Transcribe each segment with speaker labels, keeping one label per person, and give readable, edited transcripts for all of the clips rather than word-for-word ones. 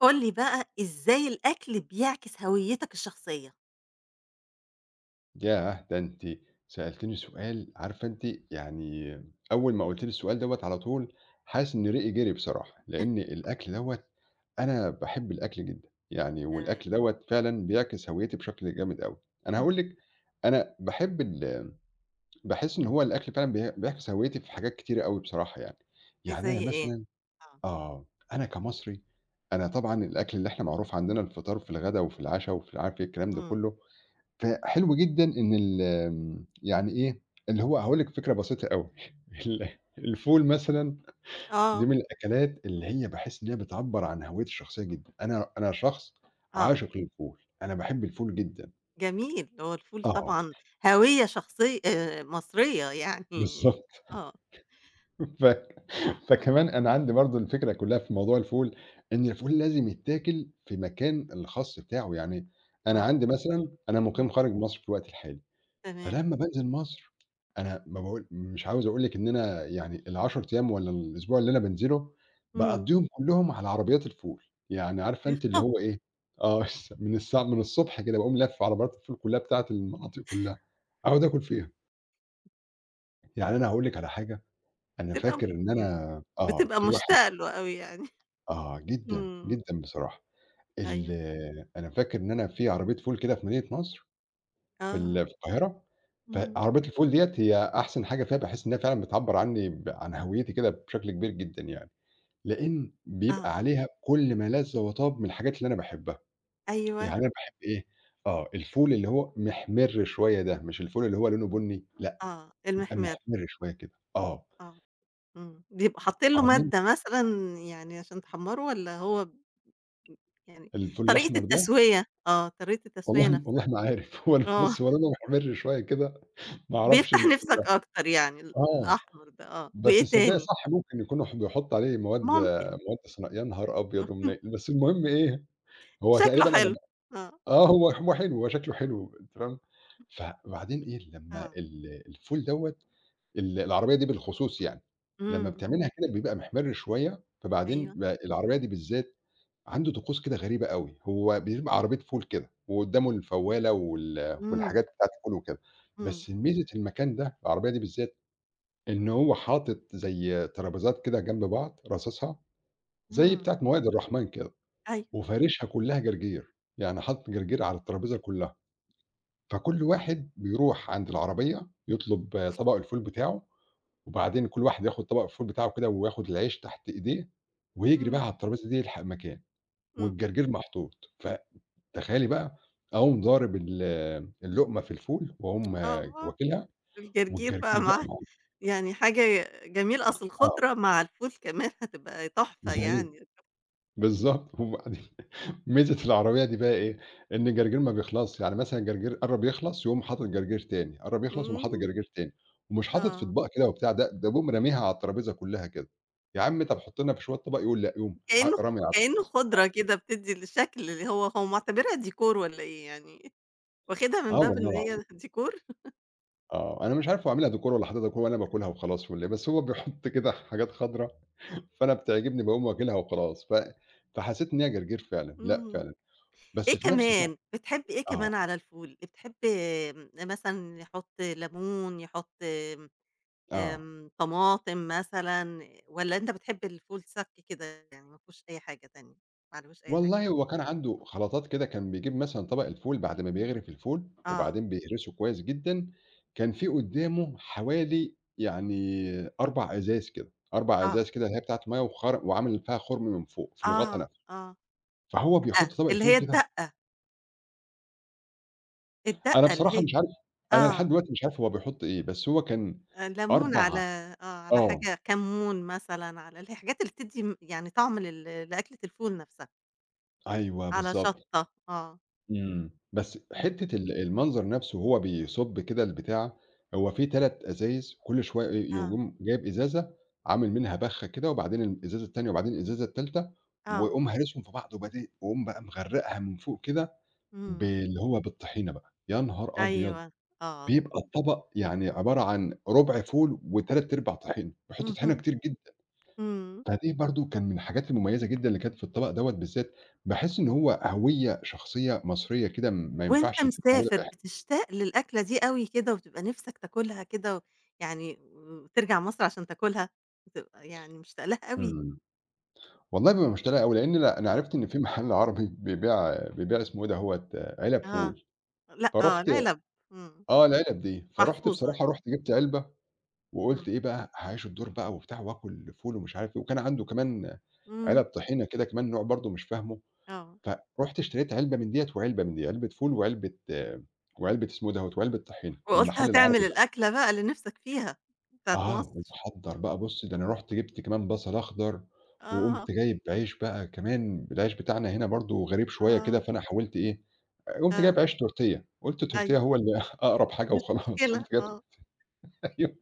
Speaker 1: قُل لي بقى إزاي الأكل بيعكس هويتك الشخصية؟
Speaker 2: ياه! ده أنتِ سألتيني سؤال، عارفة أنتِ يعني. أول ما قُلتِ لي السؤال دوّة على طول حاسس إن ريقي جري بصراحة، لإن الأكل دوّة أنا باحب الأكل جدًا، يعني
Speaker 1: تمام.
Speaker 2: والأكل دوّة فعلًا بيعكس هويتي بشكل جامد أوي. أنا هاقول
Speaker 1: إمم.
Speaker 2: لِك، أنا باحب باحس إن هو الأكل فعلًا بيعكس هويتي في حاجات كتيرة أوي بصراحة يعني. يعني أنا
Speaker 1: زي إيه؟
Speaker 2: مثلًا
Speaker 1: آه.
Speaker 2: آه، أنا كمصري، أنا طبعًا الأكل اللي إحنا معروف عندنا، الفطار في الغدا وفي العشا وفي عارف إيه الكلام ده
Speaker 1: إمم.
Speaker 2: كله. فحلو جدًا إن ال آمم، يعني إيه، اللي هو هاقول لِك فكرة بسيطة أوي، ال الفول مثلًا، دي
Speaker 1: آه،
Speaker 2: من الأكلات اللي هي باحس إن هي بتعبّر عن هويتي الشخصية جدًا. أنا شخص
Speaker 1: آه.
Speaker 2: عاشق للفول، أنا باحب الفول جدًا.
Speaker 1: جميل. هو الفول
Speaker 2: آه،
Speaker 1: طبعًا هوية شخصي مصرية يعني.
Speaker 2: بالضبط.
Speaker 1: آه،
Speaker 2: ف فكمان أنا عندي برضه الفكرة كلّها في موضوع الفول، إن الفول لازم يتاكل في مكان الخاص بتاعه. يعني أنا
Speaker 1: آه.
Speaker 2: عندي مثلًا، أنا مُقيم
Speaker 1: إمم.
Speaker 2: خارج مصر في الوقت الحالي.
Speaker 1: تمام.
Speaker 2: فلمّا بانزل مصر، أنا ما باقول، مش عاوز أقول لِك إن أنا يعني ال10 أيام والّا الأسبوع اللي أنا بانزله،
Speaker 1: إمم.
Speaker 2: باقضّيهم كلّهم على عربيات الفول. يعني عارفة أنتِ اللي هو إيه، من الساعة من الصبح كده باقوم لافف عربيات الفول كلّها بتاعة المناطق كلّها، أقعد آكل فيها. يعني أنا هاقول لِك على حاجة، أنا
Speaker 1: بتبقى.
Speaker 2: فاكر إن
Speaker 1: إمم.
Speaker 2: أنا
Speaker 1: بتبقى
Speaker 2: في واحد.
Speaker 1: مشتاقة له أوي يعني.
Speaker 2: آه، جدًا،
Speaker 1: إمم.
Speaker 2: جدًا بصراحة. ال
Speaker 1: أيوه.
Speaker 2: أنا فاكر إن أنا في عربية فول كده في مدينة نصر،
Speaker 1: آه.
Speaker 2: في القاهرة.
Speaker 1: إمم.
Speaker 2: فعربية الفول ديّة هي أحسن حاجة فيها، باحس إنها فعلًا بتعبّر عني ب عن هويتي كده بشكل كبير جدًا يعني. لإن
Speaker 1: آه.
Speaker 2: بيبقى عليها كل ما لَذ وطاب من الحاجات اللي أنا باحبها. يعني
Speaker 1: أيوه.
Speaker 2: أنا باحب إيه، آه، الفول اللي هو محمِر شوية ده، مش الفول اللي هو لونه بُني، لأ.
Speaker 1: آه.
Speaker 2: يبقى
Speaker 1: المحمِر.
Speaker 2: محمِر شوية كده، آه،
Speaker 1: آه. إمم. بيبقوا حاطين له
Speaker 2: وبعدين
Speaker 1: مادة مثلًا يعني عشان تحمّره والّا هو؟ إمم، يعني
Speaker 2: الفول
Speaker 1: طريقة
Speaker 2: الأحمر ده،
Speaker 1: التسوية، آه، طريقة التسوية
Speaker 2: والله
Speaker 1: نفسها،
Speaker 2: والله ما عارف. هو
Speaker 1: آه،
Speaker 2: بُص، هو لونه محمِر شوية كده، ما أعرفش
Speaker 1: بيفتح نفسك أكتر يعني
Speaker 2: آه.
Speaker 1: الأحمر ده، آه،
Speaker 2: بس
Speaker 1: وإيه
Speaker 2: تصدّقي
Speaker 1: تاني؟
Speaker 2: صح، ممكن يكونوا بيحطّوا عليه
Speaker 1: ممكن،
Speaker 2: مواد صناعية، يا نهار أبيض ومنيل! بس المهم إيه، هو
Speaker 1: شكله
Speaker 2: تقريبًا أنا ب
Speaker 1: حلو، آه،
Speaker 2: آه، هو حلو، هو شكله
Speaker 1: إمم،
Speaker 2: حلو تمام. فبعدين إيه لمّا
Speaker 1: آه،
Speaker 2: الفول دوّة، العربية دي بالخصوص يعني، لمّا
Speaker 1: إمم،
Speaker 2: بتعملها كده بيبقى محمِر شوية. فبعدين
Speaker 1: أيوه،
Speaker 2: العربية دي بالذات عنده طقوس كده غريبة أوي. هو بيبقى عربية فول كده وقدّامه الفوّالة
Speaker 1: إمم،
Speaker 2: والحاجات بتاعة الفول وكده.
Speaker 1: إمم،
Speaker 2: بس ميزة المكان ده، العربية دي بالذات، إن هو حاطط زي ترابيزات كده جنب بعض راصصها، زي
Speaker 1: إمم،
Speaker 2: بتاعة موائد الرحمن كده،
Speaker 1: أيوه،
Speaker 2: وفارشها كلّها جرجير. يعني حاطط جرجير على الترابيزة كلّها. فكل واحد بيروح عند العربية يطلب طبق الفول بتاعه، وبعدين كل واحد ياخد طبق الفول بتاعه كده وياخد العيش تحت إيديه، ويجري بقى
Speaker 1: إمم،
Speaker 2: على الترابيزة دي يلحق مكان،
Speaker 1: إمم،
Speaker 2: والجرجير محطوط. فتخيلي بقى، أقوم ضارب اللقمة في الفول وأقوم
Speaker 1: أها،
Speaker 2: واكلها
Speaker 1: الجرجير بقى
Speaker 2: والجرجير بقى
Speaker 1: معاه،
Speaker 2: معايا.
Speaker 1: يعني حاجة جميلة، أصل
Speaker 2: آه،
Speaker 1: الخضرة مع الفول كمان هتبقى تحفة
Speaker 2: أيوه
Speaker 1: يعني.
Speaker 2: بالضبط. وبعدين ميزة العربية دي بقى إيه، إن الجرجير ما بيخلصش. يعني مثلًا الجرجير قرّب يخلص يقوم حاطط جرجير تاني، قرّب يخلص يقوم حاطط
Speaker 1: إمم،
Speaker 2: جرجير تاني. ومش حاطط في
Speaker 1: آه.
Speaker 2: أطباق كده وبتاع، ده بيقوم راميها على الترابيزة كلّها كده. يا عم طب حُط لنا في شوية طبق، يقول لأ، يقوم
Speaker 1: كإنه خ
Speaker 2: رامي على
Speaker 1: كإنه
Speaker 2: الترابيزة.
Speaker 1: خضرة كده بتدّي الشكل، اللي هو هو معتبرها ديكور والّا إيه يعني؟ واخدها من
Speaker 2: آه
Speaker 1: باب
Speaker 2: والله
Speaker 1: إن
Speaker 2: العظيم.
Speaker 1: هي ديكور؟
Speaker 2: آه، أنا مش عارف هو عاملها decor والّا حاططها decor وأنا باكلها وخلاص والّا إيه، بس هو بيحط كده حاجات خضرا. فأنا بتعجبني باقوم واكلها وخلاص. فحسيت إن هي جرجير فعلًا، لأ
Speaker 1: إمم.
Speaker 2: فعلًا. بس
Speaker 1: إيه
Speaker 2: في نفس الوقت
Speaker 1: كمان، بتحبّي إيه
Speaker 2: آه،
Speaker 1: كمان على الفول؟ بتحبّي آمم، مثلًا يحُط ليمون، يحُط آمم،
Speaker 2: آه.
Speaker 1: آمم، طماطم مثلًا، والّا أنت بتحب الفول صَك كده يعني ما فيهوش أي حاجة تانية، ما عليهوش أي حاجة؟
Speaker 2: والله هو كان عنده خلطات كده، كان بيجيب مثلًا طبق الفول بعد ما بيغرف الفول،
Speaker 1: آه،
Speaker 2: وبعدين بيهرسه كويس جدًا. كان في قدّامه حوالي يعني 4 أزايز كده، 4
Speaker 1: آه،
Speaker 2: أزايز كده، اللي هي بتاعة مَيّة وخر، وعامل فيها خُرم من فوق في الغطا
Speaker 1: آه،
Speaker 2: نفسه.
Speaker 1: آه.
Speaker 2: فهو بيحط
Speaker 1: دقّة،
Speaker 2: طبق
Speaker 1: اللي
Speaker 2: الفول
Speaker 1: هي
Speaker 2: كده.
Speaker 1: الدقّة،
Speaker 2: أنا
Speaker 1: الدقّة اللي
Speaker 2: بصراحة
Speaker 1: هي،
Speaker 2: مش عارف، أنا
Speaker 1: آه.
Speaker 2: لحد دلوقتي مش عارف هو بيحط إيه، بس هو كان
Speaker 1: لَمُون على،
Speaker 2: 4.
Speaker 1: آه، على
Speaker 2: آه،
Speaker 1: حاجة كمّون مثلًا، على اللي هي الحاجات اللي بتدّي م يعني طعم لل لأكلة الفول نَفْسها،
Speaker 2: أيوه
Speaker 1: على
Speaker 2: بالضبط.
Speaker 1: شطّة، آه،
Speaker 2: إمم. بس
Speaker 1: اهم.
Speaker 2: حتّة المنظر نَفْسه وهو بيصُب كده البتاع، هو في 3 أزايز. كل شوية
Speaker 1: آه،
Speaker 2: يقوم جايب إزازة عامل منها بَخّة كده، وبعدين الإزازة التانية وبعدين الإزازة التالتة،
Speaker 1: آه،
Speaker 2: ويقوم هارسهم في بعض وبادئ، ويقوم بقى مغرّقها من فوق كده
Speaker 1: إمم،
Speaker 2: باللي هو بالطحينة بقى. يا نهار أبيض!
Speaker 1: أيوه، آه،
Speaker 2: بيبقى الطبق يعني عبارة عن رُبع فول و3/4 طحينة، بيحُطّوا طحينة
Speaker 1: اهم،
Speaker 2: كتير جدًا.
Speaker 1: إمم.
Speaker 2: فدي برضه كان من الحاجات المميزة جدًا اللي كانت في الطبق دوّة بالذات. باحس إن هو هوية شخصية مصرية كده، ما
Speaker 1: وأنت
Speaker 2: ينفعش تبقى موجودة في
Speaker 1: مسافر
Speaker 2: أي حتة.
Speaker 1: بتشتاق للأكلة دي أوي كده وبتبقى نِفْسك تاكلها كده و يعني وترجع مصر عشان تاكلها، بتبقى يعني مشتاق لها أوي؟
Speaker 2: إمم. والله بابقى مش طالع أوي، لإن أنا
Speaker 1: آه،
Speaker 2: عرفت إن في محل عربي بيبيع، اسمه إيه دوّة، علب
Speaker 1: آه،
Speaker 2: فول.
Speaker 1: لأ، آه،
Speaker 2: فرُحت،
Speaker 1: العِلَب، إمم،
Speaker 2: آه، العلب دي. فرُحت
Speaker 1: محفوظة
Speaker 2: بصراحة،
Speaker 1: يعني،
Speaker 2: رُحت جِبت علبة
Speaker 1: إمم،
Speaker 2: وقُلت إيه بقى، هاعيش الدور بقى وبتاع وآكل فول ومش عارف إيه. وكان عنده كمان
Speaker 1: إمم،
Speaker 2: علب طحينة كده كمان، نوع برضه مش فاهمه.
Speaker 1: آه.
Speaker 2: فرُحت اشتريت علبة من ديّة وعلبة من دي، علبة فول وعلبة آه، وعلبة اسمه دوّة، وعلبة طحينة من
Speaker 1: وقُلت
Speaker 2: المحل
Speaker 1: هتعمل
Speaker 2: العربي ده.
Speaker 1: الأكلة بقى اللي نِفْسك فيها، بتاعة
Speaker 2: آه،
Speaker 1: مصر.
Speaker 2: ومحضّر
Speaker 1: إمم.
Speaker 2: بقى بُص، ده أنا رُحت جِبت كمان بصل أخضر،
Speaker 1: آه،
Speaker 2: وقُمت جايب عيش بقى كمان. العيش بتاعنا هنا برضه غريب شوية كده،
Speaker 1: آه،
Speaker 2: فأنا حاولت إيه، قُمت جايب
Speaker 1: آه،
Speaker 2: عيش تورتية. قُلت
Speaker 1: أيوه،
Speaker 2: التورتية هو اللي أقرب حاجة
Speaker 1: مش
Speaker 2: وخلاص.
Speaker 1: مشكلة،
Speaker 2: قُمت جايب
Speaker 1: آه،
Speaker 2: أيوه،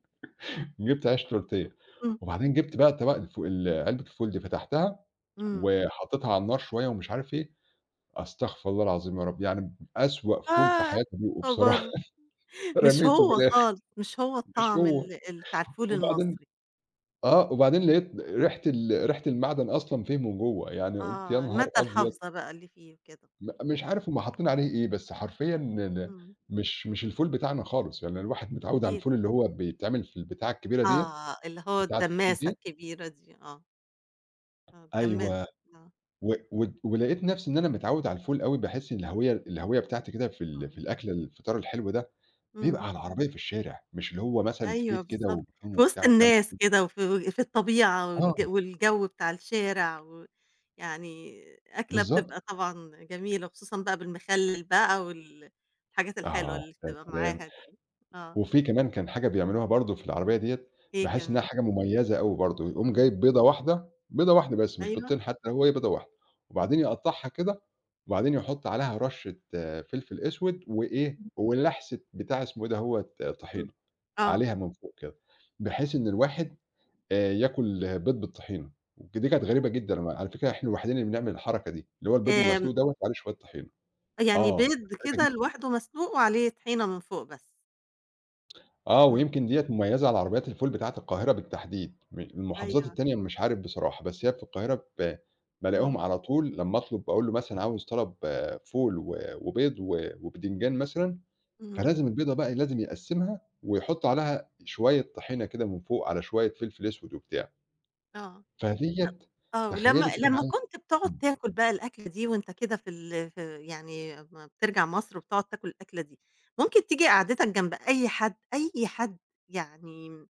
Speaker 2: جِبت عيش تورتية،
Speaker 1: إمم،
Speaker 2: وبعدين جِبت بقى طبق الف ال علبة الفول دي، فتحتها
Speaker 1: إمم.
Speaker 2: وحطيتها على النار شوية ومش عارف إيه. أستغفر الله العظيم يا رب، يعني أسوأ فول في
Speaker 1: آه،
Speaker 2: حياتي
Speaker 1: يا
Speaker 2: دوقه بصراحة.
Speaker 1: خبر! مش
Speaker 2: رميته في
Speaker 1: هو
Speaker 2: الآخر،
Speaker 1: خالص، مش هو
Speaker 2: مش
Speaker 1: الطعم
Speaker 2: هو.
Speaker 1: ال ال بتاع الفول
Speaker 2: وبعدين
Speaker 1: المصري.
Speaker 2: آه، وبعدين لقيت ريحة ريحة المعدن أصلًا فيه من جوّه. يعني قُلت يا
Speaker 1: آه،
Speaker 2: نهار
Speaker 1: المادة
Speaker 2: أبيض!
Speaker 1: الحافظة بقى اللي فيه وكده. إمم،
Speaker 2: مش عارف هُم حاطين عليه إيه، بس حرفيًا
Speaker 1: إمم،
Speaker 2: مش الفول بتاعنا خالص. يعني الواحد متعوّد على
Speaker 1: أكيد.
Speaker 2: الفول اللي هو بيتعمل في البتاعة الكبيرة ديّة،
Speaker 1: آه، اللي هو
Speaker 2: بتاعة الفول
Speaker 1: الدمّاسة
Speaker 2: ديّة.
Speaker 1: الكبيرة دي، آه، آه،
Speaker 2: أيوه.
Speaker 1: الدمّاسة، آه،
Speaker 2: و ود ولقيت نفسي إن أنا متعوّد على الفول أوي. باحس الهوية بتاعتي كده
Speaker 1: إمم،
Speaker 2: في الأكل، الفطار الحلو ده. بيبقى
Speaker 1: إمم.
Speaker 2: على العربية في الشارع، مش اللي هو مثلًا في
Speaker 1: أيوه
Speaker 2: بيت كده
Speaker 1: بالضبط،
Speaker 2: وبيكون
Speaker 1: في
Speaker 2: وبتاع
Speaker 1: وسط
Speaker 2: والكلام
Speaker 1: الناس
Speaker 2: ده.
Speaker 1: كده وفي في الطبيعة
Speaker 2: آه،
Speaker 1: والجو بتاع الشارع و يعني أكلة
Speaker 2: بالضبط.
Speaker 1: بتبقى طبعًا جميلة، وخصوصًا بقى بالمخلل بقى وال الحاجات الحلوة
Speaker 2: آه،
Speaker 1: اللي
Speaker 2: يا
Speaker 1: بتبقى
Speaker 2: سلام!
Speaker 1: معاها دي. آه،
Speaker 2: وفي كمان كان حاجة بيعملوها برضه في العربية ديّة،
Speaker 1: إيه
Speaker 2: باحس إنها
Speaker 1: كمان؟
Speaker 2: حاجة مميزة أوي برضه. يقوم
Speaker 1: إمم،
Speaker 2: جايب بيضة واحدة، بيضة واحدة بس مش
Speaker 1: أيوه،
Speaker 2: بيضتين حتى، هي بيضة واحدة، وبعدين يقطّعها كده، وبعدين يحط عليها رشة فلفل أسود وإيه، ولحسة بتاع اسمه إيه دهوّة،
Speaker 1: إمم،
Speaker 2: طحينة
Speaker 1: آه،
Speaker 2: عليها من فوق كده، بحيث إن الواحد ياكل بيض بالطحينة. دي كانت غريبة جدًا، أنا على فكرة إحنا الوحيدين اللي بنعمل الحركة دي، اللي هو البيض
Speaker 1: آمم،
Speaker 2: المسلوق دوّة وعليه شوية طحينة.
Speaker 1: يعني
Speaker 2: آه،
Speaker 1: بيض
Speaker 2: غريبة جدًا.
Speaker 1: كده لوحده مسلوق وعليه طحينة من فوق بس.
Speaker 2: آه،
Speaker 1: إمم،
Speaker 2: ويمكن ديّة مميزة على عربيات الفول بتاعة القاهرة بالتحديد، المحافظات
Speaker 1: أيوه،
Speaker 2: التانية مش عارف بصراحة، بس هي في القاهرة بالاقيهم
Speaker 1: إمم،
Speaker 2: على طول لمّا أطلب، أقول له مثلًا عاوز طلب آه، فول وبيض وبتنجان مثلًا.
Speaker 1: إمم،
Speaker 2: فلازم البيضة بقى لازم يقسّمها ويحط عليها شوية طحينة كده من فوق، على شوية فلفل أسود وبتاع.
Speaker 1: آه.
Speaker 2: فديّة
Speaker 1: آه، ولمّا
Speaker 2: تخيّلي كده
Speaker 1: لمّا
Speaker 2: معايا.
Speaker 1: كنت بتقعد
Speaker 2: إمم.
Speaker 1: تاكل بقى الأكلة دي وأنت كده في ال في يعني، أمّا بترجع مصر وبتقعد تاكل الأكلة دي، ممكن تيجي قعدتك جنب أي حد، أي حد يعني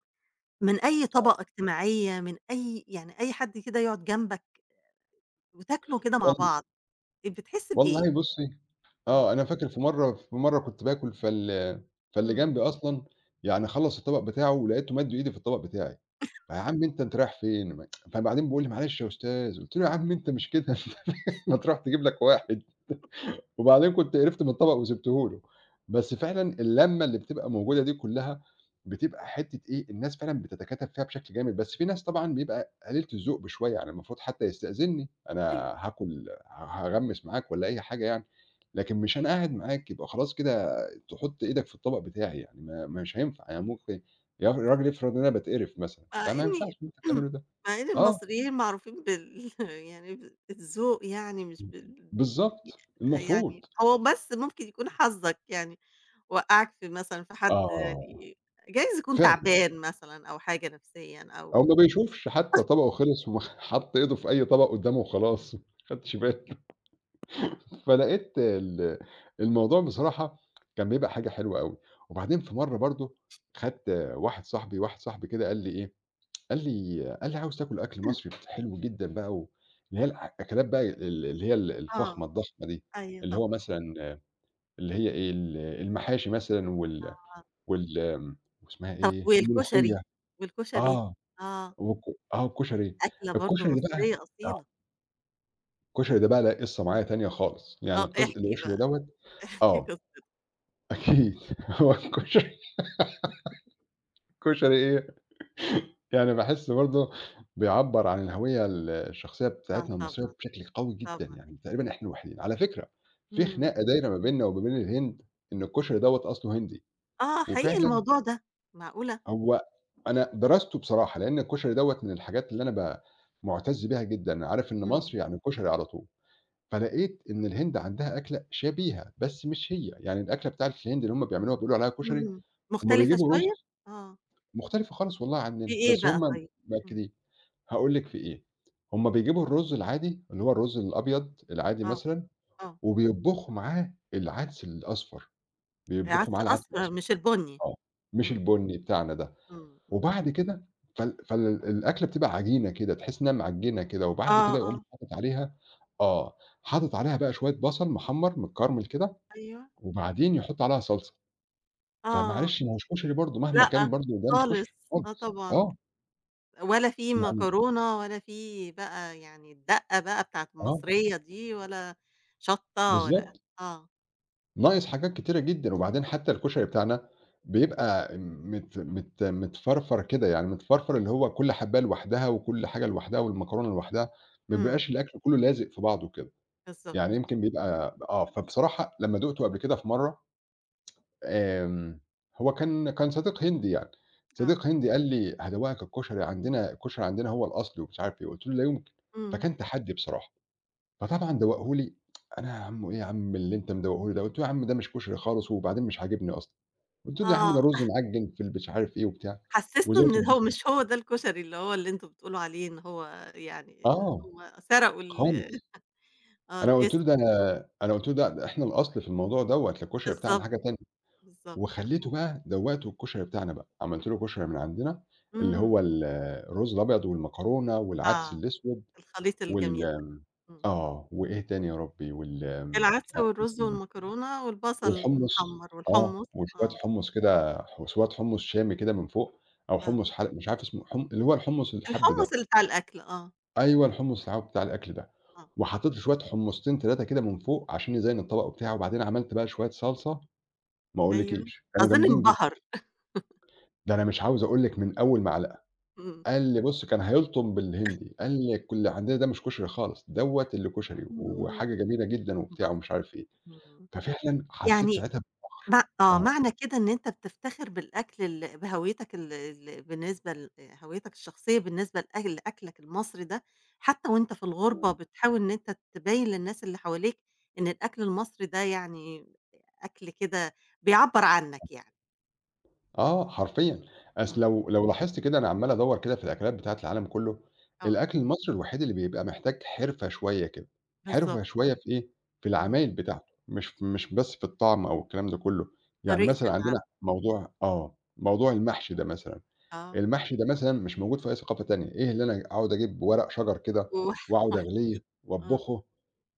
Speaker 1: من أي طبقة اجتماعية، من أي يعني أي حد كده يقعد جنبك وتاكلوا كده مع
Speaker 2: وال
Speaker 1: بعض، إيه، بتحس بإيه؟
Speaker 2: والله بُصّي، آه،
Speaker 1: آه،
Speaker 2: أنا فاكر في مرّة، في مرّة كنت باكل فاللي
Speaker 1: إمم،
Speaker 2: جنبي أصلًا يعني خلّص الطبق بتاعه ولقيته مَد إيدي في الطبق بتاعي. فيا عم أنت أنت رايح فين؟ ما فبعدين بيقول لي: "معلش يا أستاذ." قُلت له: "يا عم أنت مش كده، ما تروح تجيب لك واحد." وبعدين كنت قرفت من الطبق وسِبته له. بس فعلًا اللمة اللي بتبقى موجودة دي كلّها، بتبقى حتّة إيه، الناس فعلًا بتتكاتف فيها بشكل جامد. بس في ناس طبعًا بيبقى قليلة الذوق بشوية، يعني المفروض حتى يستأذنّي، أنا
Speaker 1: أيوه،
Speaker 2: هاكل هاغمّس معاك والّا أي حاجة يعني. لكن مش أنا قاعد معاك يبقى خلاص كده تحُط إيدك في الطبق بتاعي يعني. ما مش هينفع، يعني ممكن، يا راجل افرض إن أنا باتقرف مثلًا،
Speaker 1: مع
Speaker 2: فما
Speaker 1: إني
Speaker 2: ينفعش اللي أنت بتعمله ده.
Speaker 1: مع إن
Speaker 2: آه،
Speaker 1: المصريين معروفين بال يعني ب الذوق يعني مش بال.
Speaker 2: بالضبط، المفروض.
Speaker 1: يعني هو بس ممكن يكون حظك يعني. وقّعك في مثلًا في حد
Speaker 2: آه،
Speaker 1: يعني جايز يكون
Speaker 2: فعلًا.
Speaker 1: تعبان مثلًا، أو حاجة نفسيًا
Speaker 2: أو ما
Speaker 1: أو،
Speaker 2: بيشوفش حتى طبقه خلص وما حَط إيده في أي طبق قدّامه وخلاص، ما خدش باله. فلقيت الموضوع بصراحة كان بيبقى حاجة حلوة أوي. وبعدين في مرّة برضه خدت واحد صاحبي كده قال لي إيه، قال لي: "عاوز تاكل أكل مصري حلو جدًا بقى و" اللي هي الأكلات بقى اللي هي
Speaker 1: آه،
Speaker 2: الفخمة الضخمة دي.
Speaker 1: أيوه
Speaker 2: اللي هو
Speaker 1: طبعًا.
Speaker 2: مثلًا، اللي هي إيه، المحاشي مثلًا وال
Speaker 1: آه،
Speaker 2: وال آمم، واسمها
Speaker 1: طب
Speaker 2: إيه،
Speaker 1: والكشري،
Speaker 2: الملوخية.
Speaker 1: والكشري؟
Speaker 2: آه،
Speaker 1: آه،
Speaker 2: والك آه، والكشري.
Speaker 1: أكلة برضه
Speaker 2: الكشري ده
Speaker 1: مصرية
Speaker 2: بقى،
Speaker 1: أصيلة،
Speaker 2: الكشري ده بقى ليه قصة معايا تانية خالص. يعني
Speaker 1: آه، احكِ
Speaker 2: الكشري
Speaker 1: بقى،
Speaker 2: دوّة،
Speaker 1: احكِ
Speaker 2: آه،
Speaker 1: قصتك.
Speaker 2: أكيد. هو الكشري الكشري إيه، يعني باحس برضه بيعبّر عن الهوية الشخصية
Speaker 1: آه
Speaker 2: بتاعتنا المصرية
Speaker 1: طبعًا،
Speaker 2: بشكل قوي جدًا.
Speaker 1: طبعًا
Speaker 2: يعني
Speaker 1: أكيد،
Speaker 2: تقريبًا إحنا الوحيدين. على فكرة في
Speaker 1: إمم،
Speaker 2: خناقة دايرة ما بيننا وما بين الهند، إن الكشري دوّة أصله هندي.
Speaker 1: آه حقيقي
Speaker 2: وفعلًا
Speaker 1: الموضوع ده، معقولة!
Speaker 2: هو، أنا دراسته بصراحة، لإن الكشري دوّة من الحاجات اللي أنا ب مُعتَز بيها جدًا. عارف إن
Speaker 1: إمم،
Speaker 2: مصر يعني كشري على طول. فلقيت إن الهند عندها أكلة شبيهة، بس مش هي. يعني الأكلة بتاعة الهند اللي هم بيعملوها بيقولوا عليها كشري،
Speaker 1: إمم،
Speaker 2: هم
Speaker 1: مختلفة
Speaker 2: بيجيبوا
Speaker 1: شوية؟
Speaker 2: رز،
Speaker 1: آه،
Speaker 2: مختلفة خالص والله
Speaker 1: في
Speaker 2: عننا،
Speaker 1: إيه
Speaker 2: بس
Speaker 1: بقى
Speaker 2: هم
Speaker 1: طيب؟ إمم،
Speaker 2: مأكّدين. هاقول لِك في إيه، هم بيجيبوا الرز العادي، اللي هو الرز الأبيض العادي
Speaker 1: آه،
Speaker 2: مثلًا،
Speaker 1: آه،
Speaker 2: وبيطبخوا معاه العدس الأصفر، بيطبخوا
Speaker 1: عدس
Speaker 2: معاه العدس
Speaker 1: أسمر
Speaker 2: الأصفر،
Speaker 1: مش البني،
Speaker 2: آه، مش
Speaker 1: إمم،
Speaker 2: البني بتاعنا ده.
Speaker 1: إمم، إمم،
Speaker 2: وبعد كده فالأكلة بتبقى عجينة كده، تحس إنها معجنة كده، وبعد
Speaker 1: آه،
Speaker 2: كده يقوم
Speaker 1: آه.
Speaker 2: حاطط عليها، آه، حاطط عليها بقى شوية بصل محمّر متكرمل كده،
Speaker 1: أيوه.
Speaker 2: وبعدين يحط عليها صلصة.
Speaker 1: آه،
Speaker 2: فمعلش ما هوش كشري برضه، مهما كان
Speaker 1: لأ،
Speaker 2: برضه ده مش
Speaker 1: خالص.
Speaker 2: كشري
Speaker 1: آه
Speaker 2: خالص.
Speaker 1: طبعًا.
Speaker 2: آه،
Speaker 1: ولا في
Speaker 2: يعني
Speaker 1: مكرونة، ولا في بقى يعني الدقة بقى بتاعة
Speaker 2: آه،
Speaker 1: المصرية دي، ولا شطة ولا
Speaker 2: بالضبط.
Speaker 1: آه.
Speaker 2: ناقص حاجات كتيرة جدًا. وبعدين حتى الكشري بتاعنا بيبقى مت مت متفرفر كده. يعني متفرفر اللي هو كل حباية لوحدها، وكل حاجة لوحدها، والمكرونة لوحدها، ما
Speaker 1: إمم.
Speaker 2: بيبقاش الأكل كله لازق في بعضه كده. يعني
Speaker 1: بالضبط.
Speaker 2: يمكن بيبقى آه، فبصراحة لمّا دُقته قبل كده في مرّة، آمم، هو كان كان صديق هندي يعني،
Speaker 1: آه.
Speaker 2: صديق هندي قال لي: "هادوّقك الكشري عندنا، الكشري عندنا هو الأصلي،" ومش عارف إيه. قُلت له: "لا يمكن."
Speaker 1: إمم.
Speaker 2: فكان تحدّي بصراحة. فطبعًا دوّقه لي، أنا يا عم إيه يا عم اللي أنت مدوّقه لي ده؟ قُلت له: "يا عم ده مش كشري خالص، وبعدين مش عاجبني أصلًا." قُلت له: "يا عم ده
Speaker 1: آه.
Speaker 2: رُز معجّن في ال مش عارف إيه وبتاع."
Speaker 1: حسّسته
Speaker 2: وإزاي
Speaker 1: إن هو
Speaker 2: تطبخه ده،
Speaker 1: مش هو ده الكشري اللي هو اللي أنتم بتقولوا عليه إن هو يعني،
Speaker 2: آه،
Speaker 1: هم سرقوا ال
Speaker 2: خالص.
Speaker 1: آه
Speaker 2: أنا قُلت له:
Speaker 1: الاسم.
Speaker 2: "ده أنا أنا قُلت له: "ده إحنا الأصل في الموضوع دوّة، الكشري بتاعنا
Speaker 1: بالضبط،
Speaker 2: حاجة تانية."
Speaker 1: بالضبط.
Speaker 2: وخلّيته بقى دوّقته الكشري بتاعنا بقى، عملت له كشري من عندنا، اللي هو
Speaker 1: إمم.
Speaker 2: الرز الأبيض والمكرونة والعدس
Speaker 1: آه.
Speaker 2: الأسود
Speaker 1: الخليط
Speaker 2: وال
Speaker 1: الجميل ده. إمم.
Speaker 2: آه، وإيه تاني يا ربي
Speaker 1: العدس والرز
Speaker 2: آمم،
Speaker 1: والمكرونة والبصل
Speaker 2: والحمص.
Speaker 1: المحمّر
Speaker 2: آه،
Speaker 1: والحمُّص،
Speaker 2: وشوية
Speaker 1: آه،
Speaker 2: حمص كده، شوية حمص شامي كده من فوق، أو
Speaker 1: آه،
Speaker 2: حمص حَلَب مش عارف اسمه، اللي هو الحمص الحَب ده.
Speaker 1: الحمُّص اللي بتاع الأكل، آه،
Speaker 2: أيوه، الحمص الحَب بتاع الأكل ده.
Speaker 1: آه،
Speaker 2: وحطيت له شوية حمصتين 3 كده من فوق عشان يزيّن الطبق وبتاع، وبعدين عملت بقى شوية صلصة، ما
Speaker 1: أيوه،
Speaker 2: أقولكيش، كانوا
Speaker 1: أظن
Speaker 2: جامدين جدًا.
Speaker 1: انبهر،
Speaker 2: ده أنا مش عاوز أقول لِك، من أول معلقة
Speaker 1: إمم،
Speaker 2: قال لي بُص، كان هيلطم بالهندي، قال لي اللي عندنا ده مش كشري خالص، دوّة اللي كشري
Speaker 1: إمم،
Speaker 2: وحاجة جميلة جدًا وبتاع ومش
Speaker 1: انبسط،
Speaker 2: عارف إيه.
Speaker 1: إمم،
Speaker 2: ففعلًا حسيت
Speaker 1: يعني
Speaker 2: ساعتها ب
Speaker 1: مع آه،
Speaker 2: آه،
Speaker 1: معنى كده إن أنت بتفتخر بالأكل بهويتك ال ال بالنسبة ل هويتك الشخصية بالنسبة لأكلك المصري ده، حتى وأنت في الغُربة
Speaker 2: إمم،
Speaker 1: بتحاول إن أنت تبيّن للناس اللي حواليك إن الأكل المصري ده يعني أكل كده بيعبّر عنّك يعني،
Speaker 2: آه حرفيًا.
Speaker 1: إمم،
Speaker 2: أصل
Speaker 1: إمم،
Speaker 2: لو لاحظتِ كده أنا عمّال أدوّر كده في الأكلات بتاعة العالم كله،
Speaker 1: آه.
Speaker 2: الأكل المصري الوحيد اللي بيبقى محتاج حرفة شوية كده، حرفة
Speaker 1: بالضبط،
Speaker 2: شوية في إيه، في
Speaker 1: إمم،
Speaker 2: العمايل بتاعته، مش بس في الطعم أو الكلام ده كله. يعني
Speaker 1: طريقة
Speaker 2: مثلًا عندنا
Speaker 1: العمل،
Speaker 2: موضوع آه، موضوع المحشي ده مثلًا.
Speaker 1: آه،
Speaker 2: المحشي ده مثلًا مش موجود في أي ثقافة تانية. إيه اللي أنا أقعد أجيب ورق شجر كده وأقعد أغليه
Speaker 1: وحشيك، آه،
Speaker 2: وأطبخه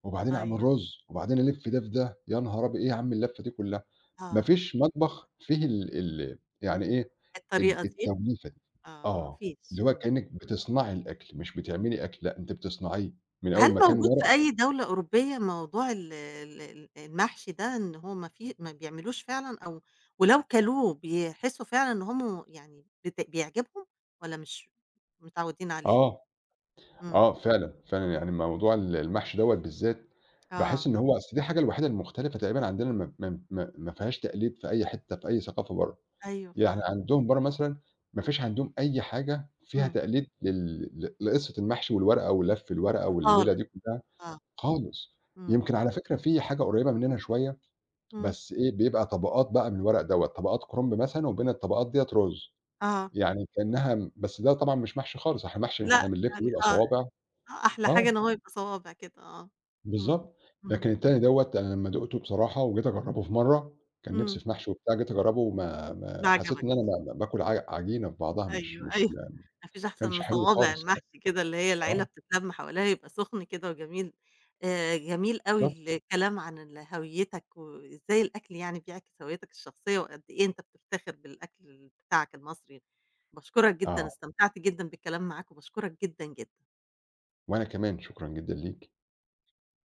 Speaker 2: وبعدين أعمل
Speaker 1: أيوه،
Speaker 2: رز وبعدين ألِف ده في ده، يا نهار أبي إيه يا عم اللفة دي كلها! ما
Speaker 1: آه،
Speaker 2: فيش مطبخ فيه ال ال يعني إيه،
Speaker 1: الطريقة دي،
Speaker 2: التوليفة دي.
Speaker 1: آه، ما
Speaker 2: آه، اللي
Speaker 1: فيش،
Speaker 2: هو
Speaker 1: إمم،
Speaker 2: كإنِّك بتصنعي الأكل مش بتعملي أكل، لأ أنتِ بتصنعيه من أول
Speaker 1: هل
Speaker 2: ما كان
Speaker 1: موجود
Speaker 2: ورق.
Speaker 1: في أي دولة أوروبية موضوع ال ال ال المحشي ده إن هو ما بيعملوش فعلًا، أو ولو كلوه بيحسوا فعلًا إن هم يعني بيعجبهم، والّا مش متعودين عليه؟
Speaker 2: آه.
Speaker 1: إمم،
Speaker 2: آه فعلًا، فعلًا. يعني موضوع المحشي دوّة بالذات، باحس
Speaker 1: آه،
Speaker 2: إن هو أصل دي الحاجة الوحيدة المختلفة تقريبًا عندنا، ما ما ما ما فيهاش تقليد في أي حتة في أي ثقافة برّه.
Speaker 1: أيوه
Speaker 2: يعني
Speaker 1: فعلًا،
Speaker 2: عندهم برّه مثلًا ما فيش عندهم أي حاجة فيها
Speaker 1: إمم،
Speaker 2: تقليد لل ل لقصة المحشي والورقة ولَف الورقة والليلة
Speaker 1: خالص،
Speaker 2: دي كلّها،
Speaker 1: آه،
Speaker 2: خالص.
Speaker 1: إمم،
Speaker 2: يمكن على فكرة في حاجة قريبة مننا شوية،
Speaker 1: إمم،
Speaker 2: بس إيه، بيبقى طبقات بقى من الورق دوّة، طبقات كُرنب مثلًا وبين الطبقات ديّة رز.
Speaker 1: آه،
Speaker 2: يعني كأنها، بس ده طبعًا مش محشي خالص، إحنا محشي
Speaker 1: لأ
Speaker 2: إحنا بنلِف
Speaker 1: يعني
Speaker 2: بيبقى
Speaker 1: آه.
Speaker 2: صوابع.
Speaker 1: آه، أحلى حاجة
Speaker 2: آه.
Speaker 1: إن هو يبقى صوابع كده، آه، إمم،
Speaker 2: بالضبط.
Speaker 1: اهم،
Speaker 2: لكن التاني دوّة أنا لمّا دُقته بصراحة وجيت أجرّبه في مرّة، كان
Speaker 1: إمم،
Speaker 2: نِفْسي في محشي وبتاع، جيت أجرّبه ما
Speaker 1: ما
Speaker 2: حسيت إن أنا
Speaker 1: عجبكش،
Speaker 2: ما باكل عجينة في بعضها، مش
Speaker 1: أيوه،
Speaker 2: مش
Speaker 1: أيوه،
Speaker 2: ما
Speaker 1: ما فيش أحسن
Speaker 2: كانش
Speaker 1: من
Speaker 2: حلو
Speaker 1: صوابع
Speaker 2: خالص.
Speaker 1: المحشي كده، اللي هي العيلة
Speaker 2: آه
Speaker 1: بتتلم حواليها يبقى سخن كده وجميل، جميل أوي
Speaker 2: بالضبط.
Speaker 1: الكلام عن ال هويتك وإزاي الأكل يعني بيعكس هويتك الشخصية وقد إيه أنت بتفتخر بالأكل بتاعك المصري، باشكرك جدًا،
Speaker 2: آه،
Speaker 1: استمتعت جدًا بالكلام معاك وباشكرك جدًا، جدًا.
Speaker 2: وأنا كمان شكرًا جدًا ليك.